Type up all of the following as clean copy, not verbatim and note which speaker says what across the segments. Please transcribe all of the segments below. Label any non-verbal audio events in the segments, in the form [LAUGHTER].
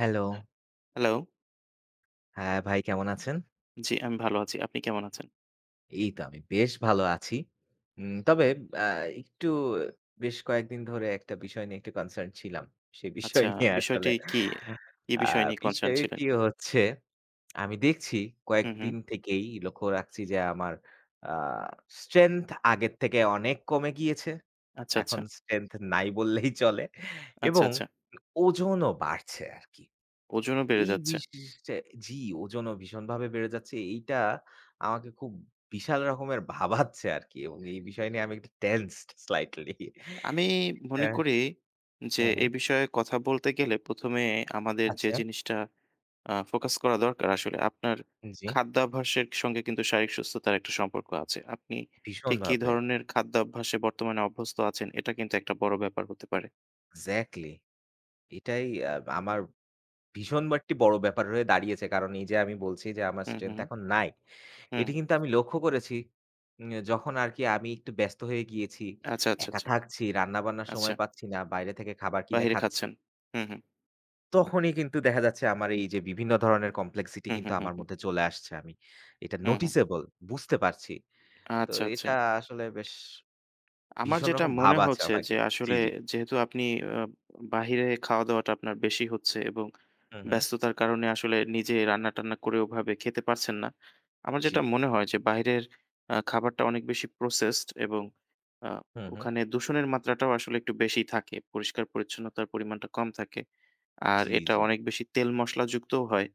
Speaker 1: Hello.
Speaker 2: Hello.
Speaker 1: হ্যাঁ, ভাই কেমন আছেন?
Speaker 2: জি, আমি ভালো আছি। আপনি কেমন আছেন?
Speaker 1: এই তো আমি বেশ ভালো আছি। তবে আ একটু বেশ কয়েকদিন ধরে একটা বিষয় নিয়ে একটু কনসার্ন ছিলাম। সে বিষয়
Speaker 2: আচ্ছা,
Speaker 1: নিয়ে আসলে
Speaker 2: বিষয়টি কি? কি
Speaker 1: আ
Speaker 2: বিষয় নিয়ে কনসার্ন ছিলেন?
Speaker 1: বিষয়টি হচ্ছে আমি দেখছি
Speaker 2: হু, হু।
Speaker 1: কয়েকদিন থেকেই লক্ষ্য রাখছি যে আমার আ স্ট্রেংথ আগের থেকে অনেক কমে গিয়েছে।
Speaker 2: আচ্ছা, আচ্ছা।
Speaker 1: এখন স্ট্রেংথ নাই বললেই চলে
Speaker 2: আচ্ছা,
Speaker 1: এবং
Speaker 2: আচ্ছা।
Speaker 1: ওজনও বাড়ছে আরকি।
Speaker 2: ওজনও বেড়ে
Speaker 1: এই
Speaker 2: যাচ্ছে।
Speaker 1: বিশে জি, ওজনও ভীষণভাবে বেড়ে যাচ্ছে। এইটা আমাকে খুব বিশাল রকমের ভাবাচ্ছে আরকি এবং এই বিষয় নিয়ে আমি একটু টেন্সড স্লাইটলি। [LAUGHS]
Speaker 2: আমি মনে
Speaker 1: হ্যাঁ,
Speaker 2: করি যে
Speaker 1: হুম,
Speaker 2: এ
Speaker 1: হুম।
Speaker 2: বিষয়ে কথা বলতে গেলে ১ম এ আমাদের যে
Speaker 1: আচ্ছা,
Speaker 2: জিনিসটা ফোকাস করা দরকার আসলে আপনার
Speaker 1: জি।
Speaker 2: খাদ্যাভ্যাসের সঙ্গে কিন্তু শারীরিক সুস্থতার একটা সম্পর্ক আছে। আপনি ঠিক কি
Speaker 1: ভীষণভাবে।
Speaker 2: ধরনের খাদ্যাভ্যাসে বর্তমানে অভ্যস্ত আছেন এটা কিন্তু একটা বড় ব্যাপার হতে পারে।
Speaker 1: এক্সাক্টলি। এটাই আমার ভীষণ একটি বড় ব্যাপার হয়ে দাঁড়িয়েছে। কারণ এই যে আমি বলছি যে আমার
Speaker 2: হু, হু,
Speaker 1: স্ট্রেংথ এখন নাই।
Speaker 2: হু।
Speaker 1: এটি কিন্তু আমি লক্ষ্য করেছি যখন আরকি আমি একটু ব্যস্ত হয়ে গিয়েছি,
Speaker 2: আচ্ছা, আচ্ছা,
Speaker 1: একা
Speaker 2: আচ্ছা।
Speaker 1: থাকছি, রান্না-বান্নার
Speaker 2: আচ্ছা,
Speaker 1: সময় পাচ্ছি না, বাইরে থেকে খাবার কিনে
Speaker 2: বাহিরে
Speaker 1: খাচ্ছি।
Speaker 2: খাচ্ছেন। হু, হু।
Speaker 1: তখনই কিন্তু দেখা যাচ্ছে আমার এই যে বিভিন্ন ধরনের কমপ্লেক্সিটি
Speaker 2: হুম, হুম,
Speaker 1: কিন্তু
Speaker 2: হুম,
Speaker 1: আমার
Speaker 2: হুম,
Speaker 1: মধ্যে চলে আসছে। আমি এটা
Speaker 2: হুম, হুম।
Speaker 1: নোটিসেবল বুঝতে পারছি। তো
Speaker 2: আচ্ছা, আচ্ছা।
Speaker 1: এটা আসলে বেশ
Speaker 2: আমার
Speaker 1: ভীষণ
Speaker 2: যেটা
Speaker 1: রকম
Speaker 2: মনে
Speaker 1: ভাবাচ্ছে
Speaker 2: হচ্ছে যে
Speaker 1: আমাকে।
Speaker 2: আসলে
Speaker 1: জি, জি।
Speaker 2: যেহেতু আপনি আ বাহিরে খাওয়া-দাওয়াটা আপনার বেশি হচ্ছে এবং
Speaker 1: হু, হু।
Speaker 2: ব্যস্ততার কারণে আসলে নিজে রান্না-টান্না করে ওভাবে খেতে পারছেন না। আমার
Speaker 1: জি।
Speaker 2: যেটা মনে হয় যে বাইরের খাবারটা অনেক বেশি প্রসেসড এবং আ
Speaker 1: হু, হু।
Speaker 2: ওখানে দূষণের মাত্রাটাও আসলে একটু বেশি থাকে। পরিষ্কার পরিচ্ছন্নতার পরিমাণটা কম থাকে। আর
Speaker 1: জি,
Speaker 2: এটা
Speaker 1: জি।
Speaker 2: অনেক বেশি তেল মসলাযুক্তও হয়।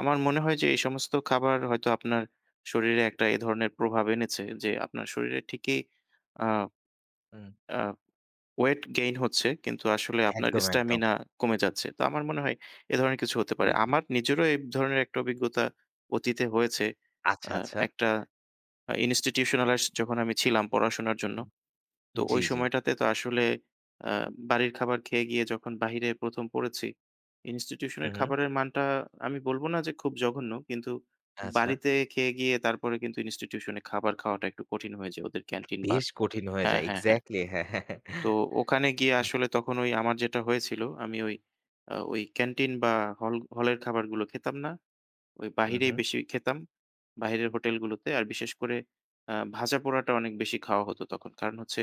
Speaker 2: আমার মনে হয় যে এই সমস্ত খাবার হয়তো আপনার শরীরে একটা এ ধরনের প্রভাব এনেছে যে আপনার শরীরে ঠিকই আ
Speaker 1: হুম।
Speaker 2: আ ওয়েট গেইন হচ্ছে কিন্তু আসলে আপনার
Speaker 1: একদম, একদম।
Speaker 2: স্ট্যামিনা কমে যাচ্ছে। তো আমার মনে হয় এ ধরনের কিছু হতে
Speaker 1: জি,
Speaker 2: পারে।
Speaker 1: জি।
Speaker 2: আমার নিজেরও এই ধরনের একটা অভিজ্ঞতা অতীতে হয়েছে।
Speaker 1: আচ্ছা,
Speaker 2: আ
Speaker 1: আচ্ছা।
Speaker 2: একটা ইনস্টিটিউশনালাইজড যখন আমি ছিলাম পড়াশোনার জন্য তো
Speaker 1: জি,
Speaker 2: ওই
Speaker 1: জি।
Speaker 2: সময়টাতে তো আসলে আ বাড়ির খাবার খেয়ে গিয়ে যখন বাহিরে ১ম পড়েছি,
Speaker 1: হু,
Speaker 2: ইনস্টিটিউশনের
Speaker 1: হু।
Speaker 2: খাবারের মানটা আমি বলব না যে খুব জঘন্য, কিন্তু
Speaker 1: আচ্ছা।
Speaker 2: বাড়িতে খেয়ে গিয়ে তারপরে কিন্তু ইনস্টিটিউশনে খাবার খাওয়াটা একটু কঠিন হয়ে যায় ওদের ক্যান্টিন বা
Speaker 1: বেশ কঠিন হয়ে
Speaker 2: হ্যাঁ,
Speaker 1: যায়।
Speaker 2: হ্যাঁ, হ্যাঁ।
Speaker 1: এক্সাক্টলি, হ্যাঁ, হ্যাঁ, হ্যাঁ।
Speaker 2: তো ওখানে গিয়ে আসলে তখন ওই আমার যেটা হয়েছিল আমি ওই ওই ক্যান্টিন বা হলের খাবারগুলো খেতাম না। ওই
Speaker 1: হু,
Speaker 2: বাহিরেই
Speaker 1: হু।
Speaker 2: বেশি খেতাম। বাহিরের হোটেলগুলোতে। আর বিশেষ করে ভাজা পোড়াটা অনেক বেশি খাওয়া হতো তখন। কারণ হচ্ছে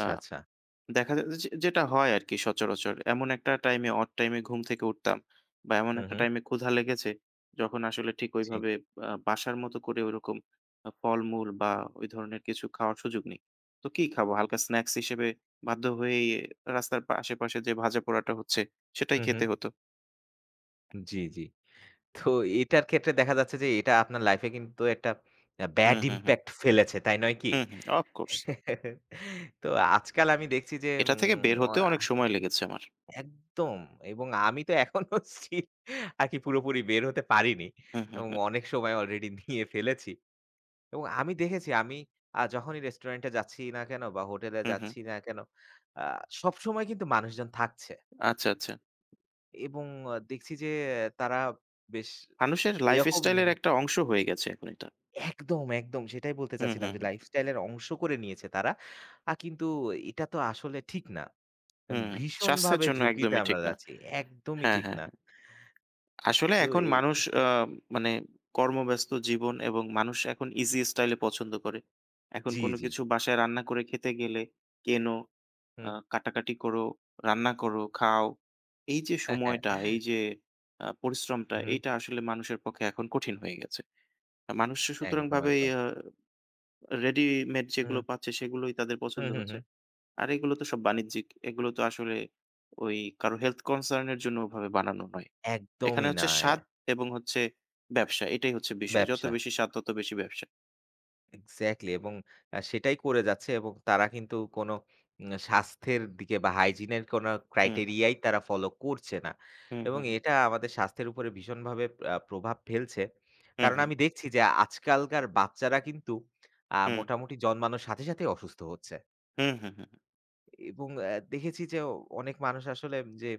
Speaker 2: আ
Speaker 1: আচ্ছা।
Speaker 2: দেখা যায় যে যেটা হয় আরকি সচরাচর। এমন একটা টাইমে অড টাইমে ঘুম থেকে উঠতাম বা এমন
Speaker 1: হু,
Speaker 2: একটা
Speaker 1: হু।
Speaker 2: টাইমে ক্ষুধা লেগেছে যখন আসলে ঠিক
Speaker 1: জি।
Speaker 2: ওইভাবে বাসার মতো করে ওইরকম ফলমূল বা ওই ধরনের কিছু খাওয়ার সুযোগ নেই। তো কি খাবো? হালকা স্ন্যাকস হিসেবে বাধ্য হয়েই রাস্তার পা আশেপাশে যে ভাজা-পোড়াটা হচ্ছে সেটাই
Speaker 1: হু, হু।
Speaker 2: খেতে হতো।
Speaker 1: জি, জি। তো এটার ক্ষেত্রে দেখা যাচ্ছে যে এটা আপনার লাইফে কিন্তু একটা
Speaker 2: হুম,
Speaker 1: ব্যাড
Speaker 2: হুম, হুম।
Speaker 1: ইমপ্যাক্ট ফেলেছে, তাই নয় কি?
Speaker 2: হুম, হুম। Of course.
Speaker 1: [LAUGHS] তো আজকাল আমি দেখছি যে
Speaker 2: এটা থেকে বের হতেও
Speaker 1: ওরা
Speaker 2: অনেক সময় লেগেছে আমার।
Speaker 1: একদম, এবং আমি তো এখনো স্টিল আরকি [LAUGHS] পুরোপুরি বের হতে পারিনি
Speaker 2: হুম, হুম,
Speaker 1: এবং
Speaker 2: হুম।
Speaker 1: অনেক সময় অলরেডি নিয়ে ফেলেছি এবং আমি দেখেছি আমি যখনই রেস্টুরেন্টে যাচ্ছি না কেন বা হোটেলে
Speaker 2: হুম, হুম।
Speaker 1: যাচ্ছি না কেন, আ সবসময় কিন্তু মানুষজন থাকছে
Speaker 2: আচ্ছা, আচ্ছা।
Speaker 1: এবং আহ, দেখছি যে আহ, তারা বেশ
Speaker 2: মানুষের
Speaker 1: এরকম
Speaker 2: লাইফস্টাইল এর একটা অংশ হয়ে গেছে এখন এটা।
Speaker 1: একদম, একদম সেটাই বলতে
Speaker 2: হুম,
Speaker 1: চাচ্ছিলাম
Speaker 2: হুম,
Speaker 1: যে
Speaker 2: হুম।
Speaker 1: লাইফস্টাইল এর অংশ করে নিয়েছে তারা। কিন্তু এটা তো আসলে ঠিক না। কারণ
Speaker 2: হুম, স্বাস্থ্যের
Speaker 1: ভীষণভাবে
Speaker 2: জন্য
Speaker 1: ঝুঁকিতে
Speaker 2: একদমই ঠিক
Speaker 1: আমরা
Speaker 2: না।
Speaker 1: যাচ্ছি। একদমই
Speaker 2: হ্যাঁ,
Speaker 1: ঠিক
Speaker 2: হ্যাঁ,
Speaker 1: না।
Speaker 2: হ্যাঁ। আসলে
Speaker 1: তো
Speaker 2: এখন
Speaker 1: এ
Speaker 2: মানুষ মানে কর্মব্যস্ত জীবন এবং মানুষ এখন ইজি স্টাইলে পছন্দ করে। এখন
Speaker 1: জি,
Speaker 2: কোনো
Speaker 1: জি।
Speaker 2: কিছু বাসায় রান্না করে খেতে গেলে কেনো,
Speaker 1: হুম।
Speaker 2: কাটাকাটি করো, রান্না করো, খাও। এই যে
Speaker 1: হ্যাঁ, হ্যাঁ।
Speaker 2: সময়টা, এই যে পরিশ্রমটা,
Speaker 1: হুম, হুম।
Speaker 2: এইটা আসলে মানুষের পক্ষে এখন কঠিন হয়ে গেছে। মানুষ সুতরাং
Speaker 1: একদম,
Speaker 2: ভাবে
Speaker 1: একদম।
Speaker 2: আ রেডিমেড যেগুলো
Speaker 1: হুম,
Speaker 2: পাচ্ছে সেগুলোই তাদের
Speaker 1: হুম,
Speaker 2: পছন্দ
Speaker 1: হুম,
Speaker 2: হচ্ছে।
Speaker 1: হুম।
Speaker 2: আর এগুলো তো সব বাণিজ্যিক। এগুলো তো আসলে ওই কারো হেলথ কনসার্ন এর জন্য ওভাবে বানানো নয়। এখানে
Speaker 1: একদমই
Speaker 2: হচ্ছে
Speaker 1: না। এ
Speaker 2: স্বাদ এবং হচ্ছে ব্যবসা। এটাই হচ্ছে বিষয়। যত
Speaker 1: ব্যবসা।
Speaker 2: বেশি স্বাদ তত বেশি ব্যবসা।
Speaker 1: এক্সাক্টলি এবং সেটাই করে যাচ্ছে এবং তারা কিন্তু কোনো স্বাস্থ্যের দিকে বা হাইজিনের কোনো
Speaker 2: হুম, হুম,
Speaker 1: ক্রাইটেরিয়াই তারা ফলো করছে না।
Speaker 2: হুম,
Speaker 1: এবং
Speaker 2: হুম,
Speaker 1: এটা আমাদের স্বাস্থ্যের উপরে ভীষণভাবে প্রভাব ফেলছে।
Speaker 2: হুম,
Speaker 1: কারণ
Speaker 2: হুম,
Speaker 1: আমি দেখছি যে আজকালকার বাচ্চারা কিন্তু
Speaker 2: হুম,
Speaker 1: মোটামুটি জন্মানোর সাথে, সাথেই অসুস্থ হচ্ছে।
Speaker 2: হুম, হুম, হুম, হুম,
Speaker 1: এবং দেখেছি যে অনেক মানুষ আসলে যে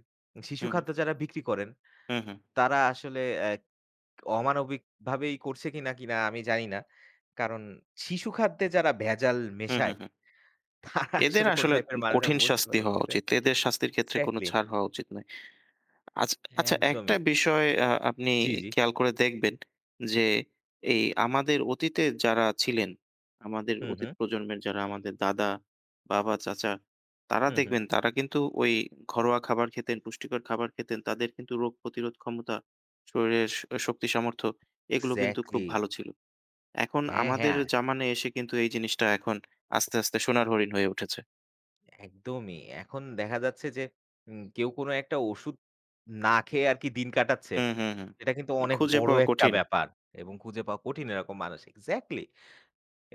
Speaker 1: শিশু
Speaker 2: হুম,
Speaker 1: খাদ্য যারা বিক্রি করেন,
Speaker 2: হুম, হুম,
Speaker 1: তারা আসলে অমানবিকভাবেই করছে কিনা আমি জানি না। কারণ শিশু খাদ্যে যারা ভেজাল
Speaker 2: হুম, হুম।
Speaker 1: মেশায়
Speaker 2: হুম।
Speaker 1: তারা
Speaker 2: এদের
Speaker 1: আসলে কোন
Speaker 2: আসলে
Speaker 1: টাইপের মানুষ আমি
Speaker 2: কঠিন
Speaker 1: বুঝতে
Speaker 2: শাস্তি
Speaker 1: পারছি
Speaker 2: হওয়া
Speaker 1: এটা।
Speaker 2: উচিত। এদের শাস্তির ক্ষেত্রে কোনো
Speaker 1: এক্সাক্টলি,
Speaker 2: ছাড় হওয়া উচিত নয়। আচ্ছা, আচ্ছা একটা
Speaker 1: একদমই।
Speaker 2: বিষয় আপনি
Speaker 1: জি, জি।
Speaker 2: খেয়াল করে দেখবেন যে, এই আমাদের অতীতে যারা ছিলেন, আমাদের
Speaker 1: হুম,
Speaker 2: অতীত
Speaker 1: হুম,
Speaker 2: প্রজন্মের যারা আমাদের দাদা, বাবা, চাচা তারা
Speaker 1: হুম, হুম।
Speaker 2: দেখবেন তারা কিন্তু ওই ঘরোয়া খাবার খেতেন, পুষ্টিকর খাবার খেতেন। তাদের কিন্তু রোগ প্রতিরোধ ক্ষমতা, শরীরের স শক্তি সামর্থ্য এগুলো কিন্তু খুব
Speaker 1: এক্সাক্টলি।
Speaker 2: ভালো ছিল। এখন
Speaker 1: হ্যাঁ,
Speaker 2: আমাদের
Speaker 1: হ্যাঁ,
Speaker 2: জামানায় এসে কিন্তু এই জিনিসটা এখন আস্তে, আস্তে সোনার হরিণ হয়ে উঠেছে।
Speaker 1: একদমই। এখন দেখা যাচ্ছে যে কেউ কোনো একটা ওষুধ না খেয়ে আরকি দিন কাটাচ্ছে।
Speaker 2: হুম, হুম, হুম।
Speaker 1: এটা কিন্তু অনেক
Speaker 2: খুঁজে
Speaker 1: বড়
Speaker 2: পাওয়া
Speaker 1: একটা
Speaker 2: কঠিন।
Speaker 1: ব্যাপার এবং খুঁজে পাওয়া কঠিন এরকম মানুষ। এক্সাক্টলি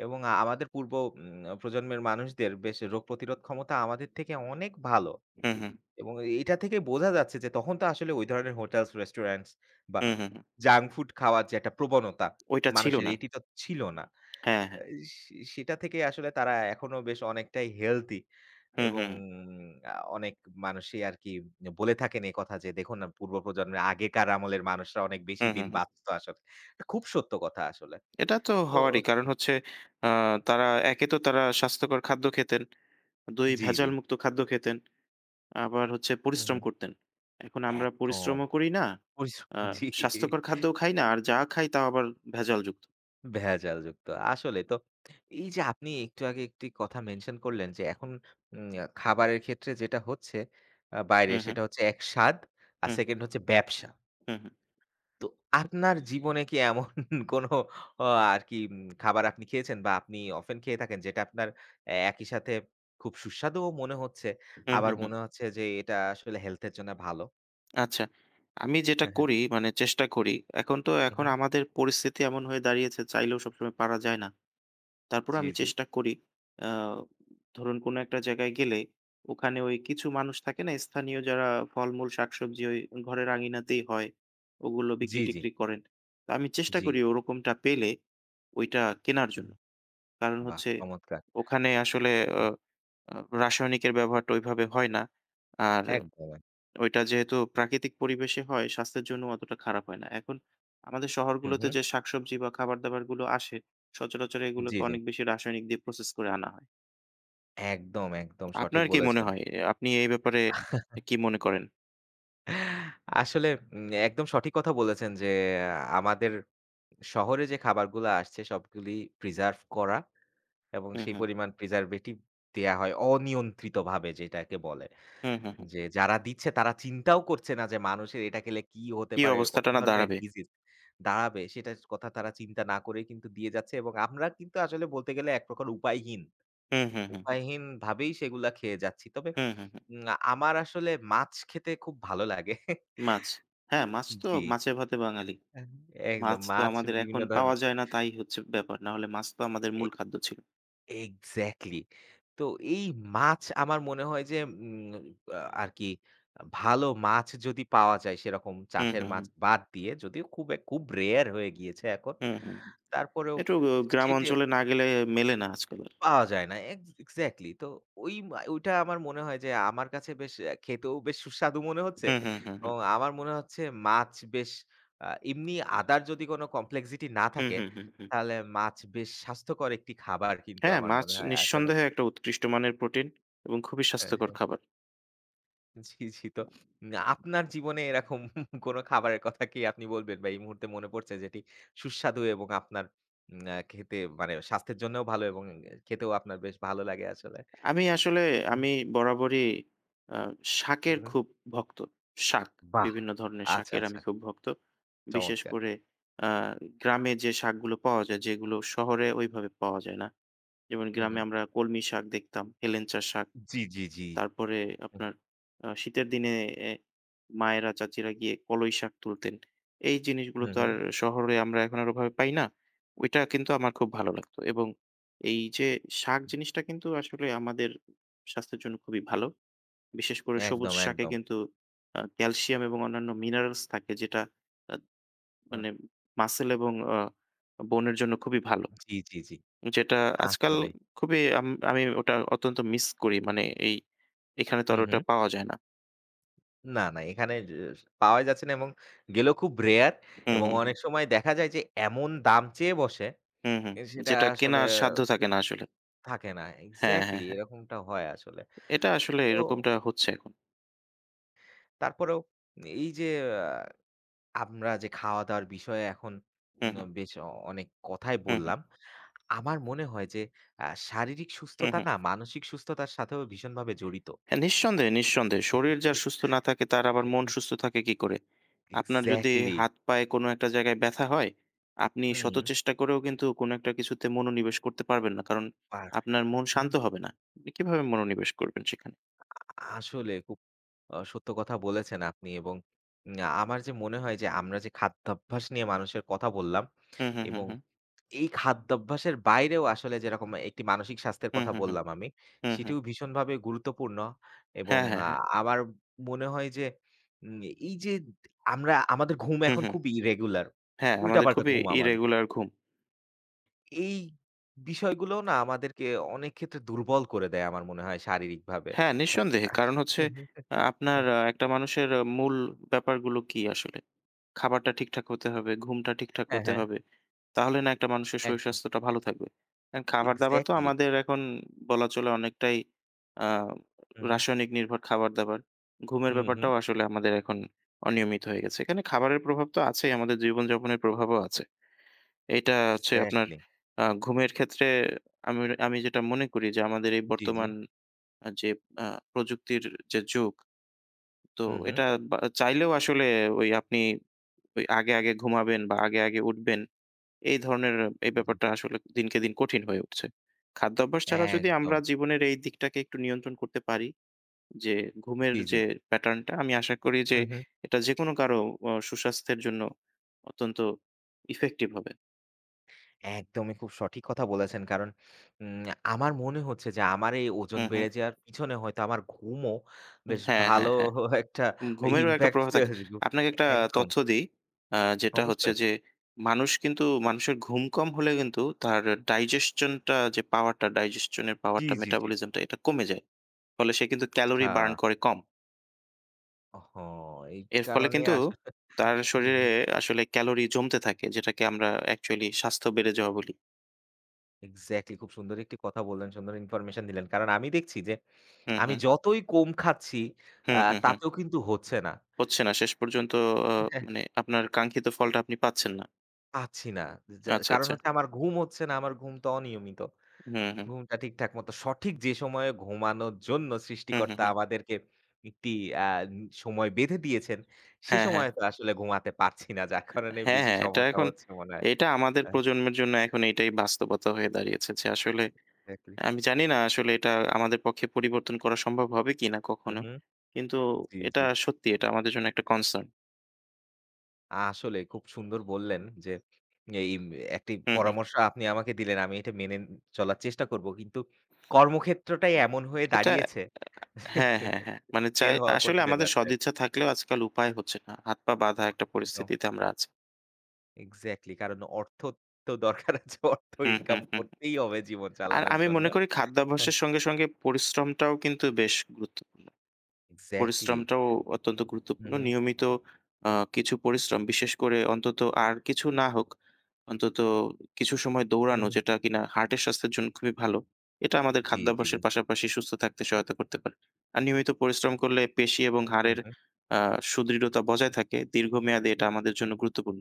Speaker 1: এবং আমাদের পূর্ব প্রজন্মের মানুষদের বেশ রোগ প্রতিরোধ ক্ষমতা আমাদের থেকে অনেক ভালো।
Speaker 2: হুম, হুম।
Speaker 1: এবং এটা থেকে বোঝা যাচ্ছে যে তখন তো আসলে ওই ধরনের হোটেলস, রেস্টুরেন্টস বা
Speaker 2: হুম, হুম, হুম।
Speaker 1: জাঙ্ক ফুড খাওয়ার যে একটা প্রবণতা
Speaker 2: ওইটা ছিল
Speaker 1: মানুষের
Speaker 2: না।
Speaker 1: এটি তো ছিল না।
Speaker 2: হ্যাঁ, হ্যাঁ।
Speaker 1: আ সেটা থেকে আসলে তারা এখনো বেশ অনেকটাই হেলথি
Speaker 2: হুম,
Speaker 1: এবং
Speaker 2: হুম,
Speaker 1: অনেক মানুষই আরকি বলে থাকেন একথা যে দেখুন না পূর্ব প্রজন্মের আগেকার আমলের মানুষরা অনেক বেশি
Speaker 2: হুম,
Speaker 1: দিন
Speaker 2: হুম, হুম।
Speaker 1: বাঁচত আসলে। এটা খুব সত্য কথা আসলে।
Speaker 2: এটা তো
Speaker 1: তো
Speaker 2: হওয়ারই। কারণ হচ্ছে আ তারা একে তো তারা স্বাস্থ্যকর খাদ্য খেতেন, ২
Speaker 1: জি, জি।
Speaker 2: ভেজালমুক্ত খাদ্য খেতেন, আবার হচ্ছে
Speaker 1: হু, হু।
Speaker 2: পরিশ্রম করতেন। এখন আমরা
Speaker 1: একদম
Speaker 2: পরিশ্রমও করি না,
Speaker 1: পরিশ্রম
Speaker 2: আ
Speaker 1: জি।
Speaker 2: স্বাস্থ্যকর খাদ্যও খাই না, আর যা খাই তাও আবার ভেজালযুক্ত।
Speaker 1: ভেজালযুক্ত। আসলে তো এই যে আপনি একটু আগে একটি কথা মেনশন করলেন যে এখন উম খাবারের ক্ষেত্রে যেটা হচ্ছে বাইরে
Speaker 2: হুম, হুম,
Speaker 1: সেটা হচ্ছে এক স্বাদ আর
Speaker 2: হুম,
Speaker 1: সেকেন্ড হচ্ছে ব্যবসা।
Speaker 2: হুম, হুম,
Speaker 1: তো আপনার জীবনে কি এমন [LAUGHS] কোনো অ আরকি খাবার আপনি খেয়েছেন বা আপনি অফেন খেয়ে থাকেন যেটা আপনার একই সাথে খুব সুস্বাদুও মনে হচ্ছে,
Speaker 2: হুম,
Speaker 1: আবার
Speaker 2: হুম, হুম।
Speaker 1: মনে হচ্ছে যে এটা আসলে হেলথ এর জন্য ভালো।
Speaker 2: আচ্ছা। আমি যেটা
Speaker 1: হ্যাঁ, হ্যাঁ।
Speaker 2: করি মানে চেষ্টা করি, এখন তো
Speaker 1: হু,
Speaker 2: এখন
Speaker 1: হু।
Speaker 2: আমাদের পরিস্থিতি এমন হয়ে দাঁড়িয়েছে চাইলেও সবসময় পারা যায় না। তারপরেও
Speaker 1: জি,
Speaker 2: আমি
Speaker 1: জি।
Speaker 2: চেষ্টা করি আ ধরুন কোনো একটা জায়গায় গেলে ওখানে ওই কিছু মানুষ থাকে না? স্থানীয় যারা ফলমূল, শাকসবজি ওই ঘরের আঙিনাতেই হয়, ওগুলো
Speaker 1: জি, জি,
Speaker 2: বিক্রি-টিক্রি করেন। তো আমি চেষ্টা
Speaker 1: জি।
Speaker 2: করি ওরকমটা পেলে ওইটা কেনার
Speaker 1: হুম,
Speaker 2: জন্য। কারণ
Speaker 1: বাহ!
Speaker 2: হচ্ছে
Speaker 1: চমৎকার।
Speaker 2: ওখানে আসলে আ
Speaker 1: হুম,
Speaker 2: আ রাসায়নিকের ব্যবহারটা ওইভাবে হয় না। আর
Speaker 1: একদম।
Speaker 2: ওইটা যেহেতু প্রাকৃতিক পরিবেশে হয়, স্বাস্থ্যের জন্য অতটা খারাপ হয় না। এখন আমাদের
Speaker 1: হু,
Speaker 2: শহরগুলোতে
Speaker 1: হু।
Speaker 2: যে শাকসবজি বা খাবার-দাবারগুলো আসে, সচরাচর এগুলোকে
Speaker 1: জি, জি।
Speaker 2: অনেক বেশি রাসায়নিক দিয়ে প্রসেস করে আনা হয়।
Speaker 1: একদম, একদম সঠিক
Speaker 2: আপনার কি মনে
Speaker 1: বলেছেন।
Speaker 2: হয়? আপনি এই ব্যাপারে কি মনে করেন?
Speaker 1: আসলে একদম সঠিক কথা বলেছেন যে, আমাদের শহরে যে খাবারগুলা আসছে সবগুলি প্রিজার্ভ করা এবং
Speaker 2: হুম,
Speaker 1: সেই
Speaker 2: হুম।
Speaker 1: পরিমাণ প্রিজারভেটিভ দেয়া হয় অনিয়ন্ত্রিতভাবে যেটাকে বলে।
Speaker 2: হুম, হুম, হুম।
Speaker 1: যে যারা দিচ্ছে তারা চিন্তাও করছে না যে মানুষের এটা খেলে কি হতে
Speaker 2: কি
Speaker 1: পারে, কত
Speaker 2: অবস্থাটা না
Speaker 1: ধরনের
Speaker 2: দাঁড়াবে?
Speaker 1: ডিজিজ দাঁড়াবে সেটার কথা তারা চিন্তা না করেই কিন্তু দিয়ে যাচ্ছে এবং আমরা কিন্তু আসলে বলতে গেলে এক প্রকার উপায়হীন।
Speaker 2: হুম, হুম, হুম, হুম।
Speaker 1: উপায়হীনভাবেই সেগুলা খেয়ে যাচ্ছি। তবে
Speaker 2: হুম, হুম, হুম।
Speaker 1: উম আমার আসলে মাছ খেতে খুব ভালো লাগে। [LAUGHS]
Speaker 2: মাছ। হ্যাঁ, মাছ তো
Speaker 1: জি,
Speaker 2: মাছে ভাতে বাঙালি।
Speaker 1: একদম
Speaker 2: মাছ তো
Speaker 1: মাছ
Speaker 2: আমাদের
Speaker 1: বিভিন্ন
Speaker 2: এখন পাওয়া
Speaker 1: ধরনের
Speaker 2: যায় না তাই হচ্ছে ব্যাপার। নাহলে মাছ তো আমাদের
Speaker 1: এ
Speaker 2: মূল খাদ্য ছিল।
Speaker 1: এক্সাক্টলি। তো এই মাছ আমার মনে হয় যে উম আরকি ভালো মাছ যদি পাওয়া যায় সেরকম
Speaker 2: হুম,
Speaker 1: চাষের
Speaker 2: হুম,
Speaker 1: মাছ
Speaker 2: হুম।
Speaker 1: বাদ দিয়ে যদিও খুব, এক- খুব রেয়ার হয়ে গিয়েছে এখন।
Speaker 2: হুম, হুম, হুম।
Speaker 1: তারপরেও
Speaker 2: একটু গ্রাম
Speaker 1: সেটি
Speaker 2: অঞ্চলে না গেলে মেলে না আজকাল।
Speaker 1: পাওয়া যায় না। এক্সাক্টলি। তো ওই মা ওইটা আমার মনে হয় যে আমার কাছে বেশ খেতেও বেশ সুস্বাদু মনে হচ্ছে।
Speaker 2: হুম, হুম, হুম, হুম।
Speaker 1: এবং আমার মনে হচ্ছে মাছ বেশ এমনি আদার যদি কোনো কমপ্লেক্সিটি না
Speaker 2: হুম,
Speaker 1: থাকে,
Speaker 2: হুম, হুম, হুম।
Speaker 1: তাহলে মাছ বেশ স্বাস্থ্যকর একটি খাবার কিন্তু
Speaker 2: হ্যাঁ,
Speaker 1: আমার
Speaker 2: মাছ
Speaker 1: মনে হয় আসলে।
Speaker 2: নিঃসন্দেহে একটা উৎকৃষ্ট মানের প্রোটিন এবং খুবই
Speaker 1: হ্যাঁ,
Speaker 2: স্বাস্থ্যকর
Speaker 1: হ্যাঁ।
Speaker 2: খাবার।
Speaker 1: জি, জি। তো আপনার জীবনে এরকম [LAUGHS] কোনো খাবারের কথা কি আপনি বলবেন বা এই মুহূর্তে মনে পড়ছে যেটি সুস্বাদু এবং আপনার খেতে মানে স্বাস্থ্যের জন্যও ভালো এবং খেতেও আপনার বেশ ভালো লাগে আসলে?
Speaker 2: আমি আসলে
Speaker 1: হ্যাঁ।
Speaker 2: আমি বরাবরই আ
Speaker 1: হু,
Speaker 2: শাকের
Speaker 1: হু।
Speaker 2: খুব ভক্ত। শাক,
Speaker 1: বাহ!
Speaker 2: বিভিন্ন ধরনের
Speaker 1: আচ্ছা,
Speaker 2: শাকের
Speaker 1: আচ্ছা।
Speaker 2: আমি খুব ভক্ত। বিশেষ
Speaker 1: চমৎকার।
Speaker 2: করে আ গ্রামে যে শাকগুলো পাওয়া যায় যেগুলো শহরে ওইভাবে পাওয়া যায় না। যেমন
Speaker 1: হু, হু।
Speaker 2: গ্রামে আমরা কলমি শাক দেখতাম, হেলেঞ্চা শাক।
Speaker 1: জি, জি, জি।
Speaker 2: তারপরে
Speaker 1: হুম,
Speaker 2: আপনার শীতের দিনে এ মায়েরা, চাচিরা গিয়ে কলই শাক তুলতেন। এই জিনিসগুলো
Speaker 1: হুম,
Speaker 2: তো
Speaker 1: হুম।
Speaker 2: আর শহরে আমরা এখন আর ওভাবে পাই না। ওইটা কিন্তু আমার খুব ভালো লাগতো এবং এই যে শাক জিনিসটা কিন্তু আসলে আমাদের স্বাস্থ্যের জন্য খুবই ভালো। বিশেষ করে সবুজ
Speaker 1: একদম,
Speaker 2: শাকে
Speaker 1: একদম।
Speaker 2: কিন্তু ক্যালসিয়াম এবং অন্যান্য মিনারেলস থাকে যেটা আ
Speaker 1: আ
Speaker 2: মানে মাসল এবং বোনের জন্য খুবই ভালো।
Speaker 1: জি, জি, জি।
Speaker 2: যেটা আজকাল
Speaker 1: আসলে।
Speaker 2: খুবই, আমি ওটা অত্যন্ত মিস করি। মানে এই এখানে তো
Speaker 1: হু,
Speaker 2: আর
Speaker 1: হু।
Speaker 2: ওটা পাওয়া যায় না।
Speaker 1: না, না এখানে য পাওয়াই যাচ্ছে না এবং গেলেও খুব রেয়ার
Speaker 2: হুম,
Speaker 1: এবং
Speaker 2: হুম, হুম।
Speaker 1: অনেক সময় দেখা যায় যে এমন দাম চেয়ে বসে
Speaker 2: হুম, হুম।
Speaker 1: এ সেটা
Speaker 2: যেটা
Speaker 1: আসলে
Speaker 2: কেনার সাধ্য থাকে না আসলে।
Speaker 1: থাকে না।
Speaker 2: হ্যাঁ, হ্যাঁ,
Speaker 1: এক্সাক্টলি
Speaker 2: হ্যাঁ।
Speaker 1: এরকমটা হয় আসলে।
Speaker 2: এটা আসলে
Speaker 1: তো
Speaker 2: এরকমটা হচ্ছে এখন।
Speaker 1: তারপরেও এই যে আ আমরা যে খাওয়া-দাওয়ার বিষয়ে এখন
Speaker 2: হুম, হুম।
Speaker 1: বেশ অনেক কথাই
Speaker 2: হুম, হুম।
Speaker 1: বললাম। আমার মনে হয় যে আ শারীরিক
Speaker 2: হুম,
Speaker 1: সুস্থতা
Speaker 2: হুম।
Speaker 1: না মানসিক সুস্থতার সাথেও ভীষণভাবে জড়িত।
Speaker 2: হ্যাঁ, নিঃসন্দেহে, নিঃসন্দেহে। শরীর যার সুস্থ না থাকে তার আবার মন সুস্থ থাকে কি করে? আপনার যদি
Speaker 1: এক্সাক্টলি।
Speaker 2: হাত পায়ে কোনো একটা জায়গায় ব্যথা হয়, আপনি শত
Speaker 1: হুম,
Speaker 2: চেষ্টা করেও কিন্তু কোনো একটা কিছুতে মনোনিবেশ করতে পারবেন না। কারণ
Speaker 1: পার
Speaker 2: আপনার মন
Speaker 1: হুম,
Speaker 2: শান্ত হবে না। আপনি কিভাবে মনোনিবেশ করবেন সেখানে?
Speaker 1: আসলে খুব সত্য কথা বলেছেন আপনি এবং উম আমার যে মনে হয় যে আমরা যে খাদ্যাভ্যাস নিয়ে মানুষের কথা বললাম
Speaker 2: হুম, হুম, হুম,
Speaker 1: এবং
Speaker 2: হুম।
Speaker 1: এই খাদ্যাভ্যাসের বাইরেও আসলে যেরকম একটি মানসিক স্বাস্থ্যের
Speaker 2: হুম,
Speaker 1: কথা
Speaker 2: হুম, হুম।
Speaker 1: বললাম আমি,
Speaker 2: হুম, হুম।
Speaker 1: সেটিও ভীষণভাবে গুরুত্বপূর্ণ এবং
Speaker 2: হ্যাঁ, হ্যাঁ,
Speaker 1: আ
Speaker 2: হ্যাঁ।
Speaker 1: আমার মনে হয় যে উম এই যে আমরা আমাদের ঘুম
Speaker 2: হুম,
Speaker 1: এখন
Speaker 2: হুম।
Speaker 1: খুব ইরেগুলার।
Speaker 2: হ্যাঁ, আমাদের
Speaker 1: উল্টাপাল্টা
Speaker 2: খুবই
Speaker 1: ঘুম আমার।
Speaker 2: ইরেগুলার ঘুম।
Speaker 1: এই বিষয়গুলোও না আমাদেরকে অনেক ক্ষেত্রে দুর্বল করে দেয় আমার মনে হয় শারীরিকভাবে।
Speaker 2: হ্যাঁ, নিঃসন্দেহে। কারণ হচ্ছে
Speaker 1: [LAUGHS]
Speaker 2: আপনার একটা মানুষের মূল ব্যাপারগুলো কি আসলে? খাবারটা ঠিকঠাক হতে হবে, ঘুমটা ঠিকঠাক
Speaker 1: হ্যাঁ,
Speaker 2: হতে
Speaker 1: হ্যাঁ,
Speaker 2: হবে। তাহলে না একটা মানুষের
Speaker 1: একদম।
Speaker 2: শরীর-স্বাস্থ্যটা ভালো থাকবে। অ্যা খাবার-দাবার তো
Speaker 1: এক্সাক্টলি।
Speaker 2: আমাদের এখন বলা চলে অনেকটাই আ
Speaker 1: হু, হু,
Speaker 2: রাসায়নিক নির্ভর খাবার-দাবার। ঘুমের
Speaker 1: হু, হু।
Speaker 2: ব্যাপারটাও আসলে আমাদের এখন অনিয়মিত হয়ে গেছে। এখানে খাবারের প্রভাব তো আছেই, আমাদের জীবনযাপনের প্রভাবও আছে। এটা হচ্ছে আপনার
Speaker 1: এক্সাক্টলি।
Speaker 2: ঘুমের ক্ষেত্রে আমি আমি যেটা মনে করি যে আমাদের এই
Speaker 1: জি, জি।
Speaker 2: বর্তমান আ যে আ প্রযুক্তির যে যুগ, তো
Speaker 1: হু, হু।
Speaker 2: এটা বা চাইলেও আসলে ওই আপনি ওই আগে, আগে ঘুমাবেন বা আগে, আগে উঠবেন এই ধরনের এই
Speaker 1: জি।
Speaker 2: ব্যাপারটা আসলে দিনকে দিন কঠিন হয়ে উঠছে। খাদ্যাভ্যাস ছাড়া যদি আমরা
Speaker 1: একদম।
Speaker 2: জীবনের এই দিকটাকে একটু নিয়ন্ত্রণ করতে পারি যে ঘুমের
Speaker 1: জি, জি।
Speaker 2: যে প্যাটার্নটা আমি আশা করি যে
Speaker 1: হু, হু।
Speaker 2: এটা যেকোনো কারো অ সুস্বাস্থ্যের জন্য অত্যন্ত ইফেক্টিভ হবে।
Speaker 1: একদমই খুব সঠিক কথা বলেছেন। কারণ উম আমার মনে হচ্ছে যে আমার এই ওজন
Speaker 2: হু, হু।
Speaker 1: বেড়ে যাওয়ার পিছনে হয়তো আমার ঘুমও বেশ
Speaker 2: হ্যাঁ,
Speaker 1: ভালো
Speaker 2: হ্যাঁ, হ্যাঁ।
Speaker 1: [LAUGHS] একটা
Speaker 2: ঘুমেরও একটা
Speaker 1: ইমপ্যাক্ট
Speaker 2: প্রভাব থাকে। আপনাকে একটা
Speaker 1: একদম,
Speaker 2: তথ্য দেই। আ যেটা হচ্ছে
Speaker 1: অবশ্যই।
Speaker 2: যে মানুষের ঘুম কম হলে কিন্তু তার ডাইজেশন টা যে পাওয়ারটা, ডাইজেশন এর
Speaker 1: জি,
Speaker 2: পাওয়ারটা,
Speaker 1: জি, জি।
Speaker 2: মেটাবলিজম টা এটা কমে যায়। ফলে সে কিন্তু
Speaker 1: আচ্ছা,
Speaker 2: ক্যালোরি বার্ন করে কম।
Speaker 1: ওহো! এই
Speaker 2: এর ফলে
Speaker 1: কারণে
Speaker 2: কিন্তু
Speaker 1: আসলে
Speaker 2: তার
Speaker 1: [LAUGHS] হুম,
Speaker 2: শরীরে
Speaker 1: হুম।
Speaker 2: আসলে ক্যালোরি জমতে থাকে যেটাকে আমরা অ্যাকচুয়ালি স্বাস্থ্য বেড়ে যাওয়া বলি।
Speaker 1: এক্সাক্টলি, খুব সুন্দর একটি কথা বললেন, সুন্দর ইনফরমেশন দিলেন। কারণ আমি দেখছি যে
Speaker 2: হুম,
Speaker 1: আমি
Speaker 2: হুম।
Speaker 1: যতই কম খাচ্ছি আ
Speaker 2: হুম, হুম, হুম।
Speaker 1: তাতেও কিন্তু হচ্ছে না।
Speaker 2: হচ্ছে না। শেষ পর্যন্ত আ
Speaker 1: হ্যাঁ,
Speaker 2: মানে আপনার কাঙ্ক্ষিত ফলটা আপনি পাচ্ছেন না।
Speaker 1: পাচ্ছি না। যা
Speaker 2: আচ্ছা,
Speaker 1: কারণ
Speaker 2: আচ্ছা।
Speaker 1: হচ্ছে আমার ঘুম হচ্ছে না, আমার ঘুমটা অনিয়মিত।
Speaker 2: হুম, হুম।
Speaker 1: ঘুমটা ঠিকঠাক মতো সঠিক যে সময়ে ঘুমানোর জন্য
Speaker 2: হুম, হুম,
Speaker 1: সৃষ্টিকর্তা
Speaker 2: হুম।
Speaker 1: আমাদেরকে একটি আ সময় বেঁধে দিয়েছেন, সে
Speaker 2: হ্যাঁ, হ্যাঁ।
Speaker 1: সময়ে তো আসলে ঘুমাতে পারছি না। যার কারণে
Speaker 2: হ্যাঁ,
Speaker 1: বেশি
Speaker 2: হ্যাঁ, এটা
Speaker 1: সমস্যা
Speaker 2: এখন
Speaker 1: হচ্ছে মনে হয়।
Speaker 2: এটা আমাদের প্রজন্মের জন্য এখন এটাই বাস্তবতা হয়ে দাঁড়িয়েছে যে আসলে
Speaker 1: এক্সাক্টলি।
Speaker 2: আমি জানি না আসলে এটা আমাদের পক্ষে পরিবর্তন করা সম্ভব হবে কিনা
Speaker 1: হুম,
Speaker 2: কখনো।
Speaker 1: হুম।
Speaker 2: কিন্তু
Speaker 1: জি,
Speaker 2: এটা
Speaker 1: জি।
Speaker 2: সত্যি এটা আমাদের জন্য একটা কনসার্ন।
Speaker 1: আসলে খুব সুন্দর বললেন যে এই একটি
Speaker 2: হুম, হুম।
Speaker 1: পরামর্শ আপনি আমাকে দিলেন। আমি এটা মেনে চলার চেষ্টা করব। কিন্তু কর্মক্ষেত্রটাই এমন হয়ে
Speaker 2: এটা
Speaker 1: দাঁড়িয়েছে
Speaker 2: হ্যাঁ, হ্যাঁ,
Speaker 1: [LAUGHS]
Speaker 2: হ্যাঁ। মানে
Speaker 1: বের
Speaker 2: চাই
Speaker 1: হওয়া
Speaker 2: আসলে
Speaker 1: কঠিন হয়ে
Speaker 2: আমাদের
Speaker 1: যাচ্ছে।
Speaker 2: সদিচ্ছা থাকলেও আজকাল উপায় হচ্ছে না। হাত-পা বাঁধা একটা
Speaker 1: একদম।
Speaker 2: পরিস্থিতিতে আমরা আছি।
Speaker 1: এক্সাক্টলি। কারণ অর্থ তো দরকার আছে। অর্থ
Speaker 2: হুম,
Speaker 1: ইনকাম
Speaker 2: হুম, হুম।
Speaker 1: করতেই হবে জীবন
Speaker 2: আর
Speaker 1: চালানোর
Speaker 2: আমি
Speaker 1: জন্য।
Speaker 2: মনে করি
Speaker 1: হ্যাঁ।
Speaker 2: খাদ্যাভ্যাসের সঙ্গে, সঙ্গে পরিশ্রমটাও কিন্তু বেশ গুরুত্ব
Speaker 1: এক্সাক্টলি।
Speaker 2: পরিশ্রমটাও অত্যন্ত
Speaker 1: হু,
Speaker 2: গুরুত্বপূর্ণ।
Speaker 1: হু,
Speaker 2: নিয়মিত কিছু পরিশ্রম বিশেষ করে অন্তত আর কিছু না হোক, অন্তত কিছু সময়
Speaker 1: হু,
Speaker 2: দৌড়ানো
Speaker 1: হু।
Speaker 2: যেটা কিনা হার্টের স্বাস্থ্যের জন্য খুবই ভালো। এটা আমাদের
Speaker 1: জি, জি, জি।
Speaker 2: খাদ্যাভ্যাসের পাশাপাশি সুস্থ থাকতে সহায়তা করতে পারে। আর নিয়মিত পরিশ্রম করলে পেশি এবং
Speaker 1: হু,
Speaker 2: হাড়ের
Speaker 1: হু।
Speaker 2: আ সুদৃঢ়তা বজায় থাকে। দীর্ঘমেয়াদে এটা আমাদের জন্য গুরুত্বপূর্ণ।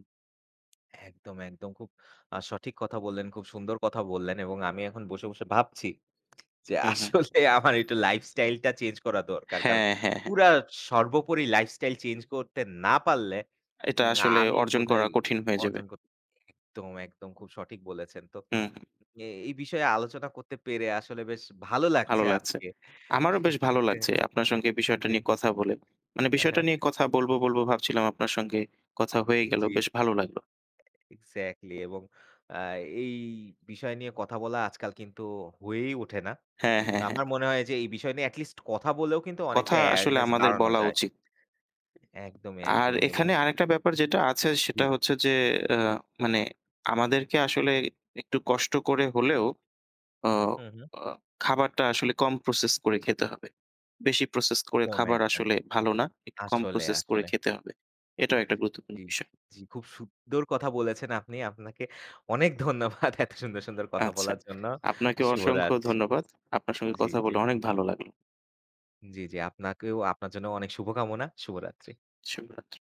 Speaker 1: একদম, একদম। খুব সঠিক কথা বললেন, খুব সুন্দর কথা বললেন এবং আমি এখন বসে, বসে ভাবছি যে
Speaker 2: হুম, হুম।
Speaker 1: আসলে আমার একটু লাইফস্টাইলটা চেঞ্জ করা দরকার। কারণ
Speaker 2: হ্যাঁ, হ্যাঁ, হ্যাঁ।
Speaker 1: পুরা সর্বোপরি লাইফস্টাইল চেঞ্জ করতে না পারলে
Speaker 2: এটা
Speaker 1: উম
Speaker 2: আসলে
Speaker 1: আমি
Speaker 2: অর্জন করা
Speaker 1: বোধহয়
Speaker 2: কঠিন হয়ে যাবে।
Speaker 1: অর্জন করতে একদম, একদম খুব সঠিক বলেছেন। তো
Speaker 2: হুম।
Speaker 1: এ এই বিষয়ে আলোচনা করতে পেরে আসলে বেশ ভালো
Speaker 2: ভালো
Speaker 1: লাগছে
Speaker 2: লাগছে।
Speaker 1: আজকে।
Speaker 2: আমারও বেশ ভালো লাগছে আপনার সঙ্গে এই বিষয়টা
Speaker 1: জি,
Speaker 2: নিয়ে কথা বলে। মানে
Speaker 1: হ্যাঁ,
Speaker 2: বিষয়টা
Speaker 1: হ্যাঁ।
Speaker 2: নিয়ে কথা বলবো ভাবছিলাম আপনার সঙ্গে কথা হয়ে গেল।
Speaker 1: জি,
Speaker 2: বেশ ভালো লাগলো।
Speaker 1: এক্সাক্টলি এবং আ এই বিষয় নিয়ে কথা বলা আজকাল কিন্তু হয়েই ওঠে না।
Speaker 2: হ্যাঁ,
Speaker 1: তো
Speaker 2: হ্যাঁ, হ্যাঁ।
Speaker 1: আমার মনে হয় যে এই বিষয় নিয়ে এট লিস্ট কথা বলেও কিন্তু অনেকটা
Speaker 2: কথা আসলে
Speaker 1: awareness
Speaker 2: আমাদের
Speaker 1: বাড়ানো
Speaker 2: বলা
Speaker 1: যায়।
Speaker 2: উচিত।
Speaker 1: একদমই,
Speaker 2: আর
Speaker 1: একদমই এবং
Speaker 2: এখানে আরেকটা ব্যাপার যেটা আছে
Speaker 1: জি,
Speaker 2: সেটা হচ্ছে যে আ মানে আমাদেরকে আসলে একটু কষ্ট করে হলেও অ
Speaker 1: হুম, হুম।
Speaker 2: আ খাবারটা আসলে কম প্রসেস করে খেতে হবে। বেশি প্রসেস করে
Speaker 1: একদম,
Speaker 2: খাবার
Speaker 1: একদম।
Speaker 2: আসলে ভালো না। একটু কম
Speaker 1: আসলে,
Speaker 2: প্রসেস করে
Speaker 1: আসলে।
Speaker 2: খেতে হবে। এটাও একটা গুরুত্বপূর্ণ
Speaker 1: জি,
Speaker 2: বিষয়।
Speaker 1: জি, খুব সুন্দর কথা বলেছেন আপনি। আপনাকে অনেক ধন্যবাদ এত সুন্দর, সুন্দর কথা
Speaker 2: আচ্ছা।
Speaker 1: বলার জন্য।
Speaker 2: আপনাকে অসংখ্য
Speaker 1: শুভরাত।
Speaker 2: ধন্যবাদ। আপনার সঙ্গে
Speaker 1: জি,
Speaker 2: কথা
Speaker 1: জি।
Speaker 2: বলে অনেক ভালো লাগলো।
Speaker 1: জি, জি। আপনাকেও আপনার জন্য অনেক শুভকামনা। শুভরাত্রি।
Speaker 2: শুভরা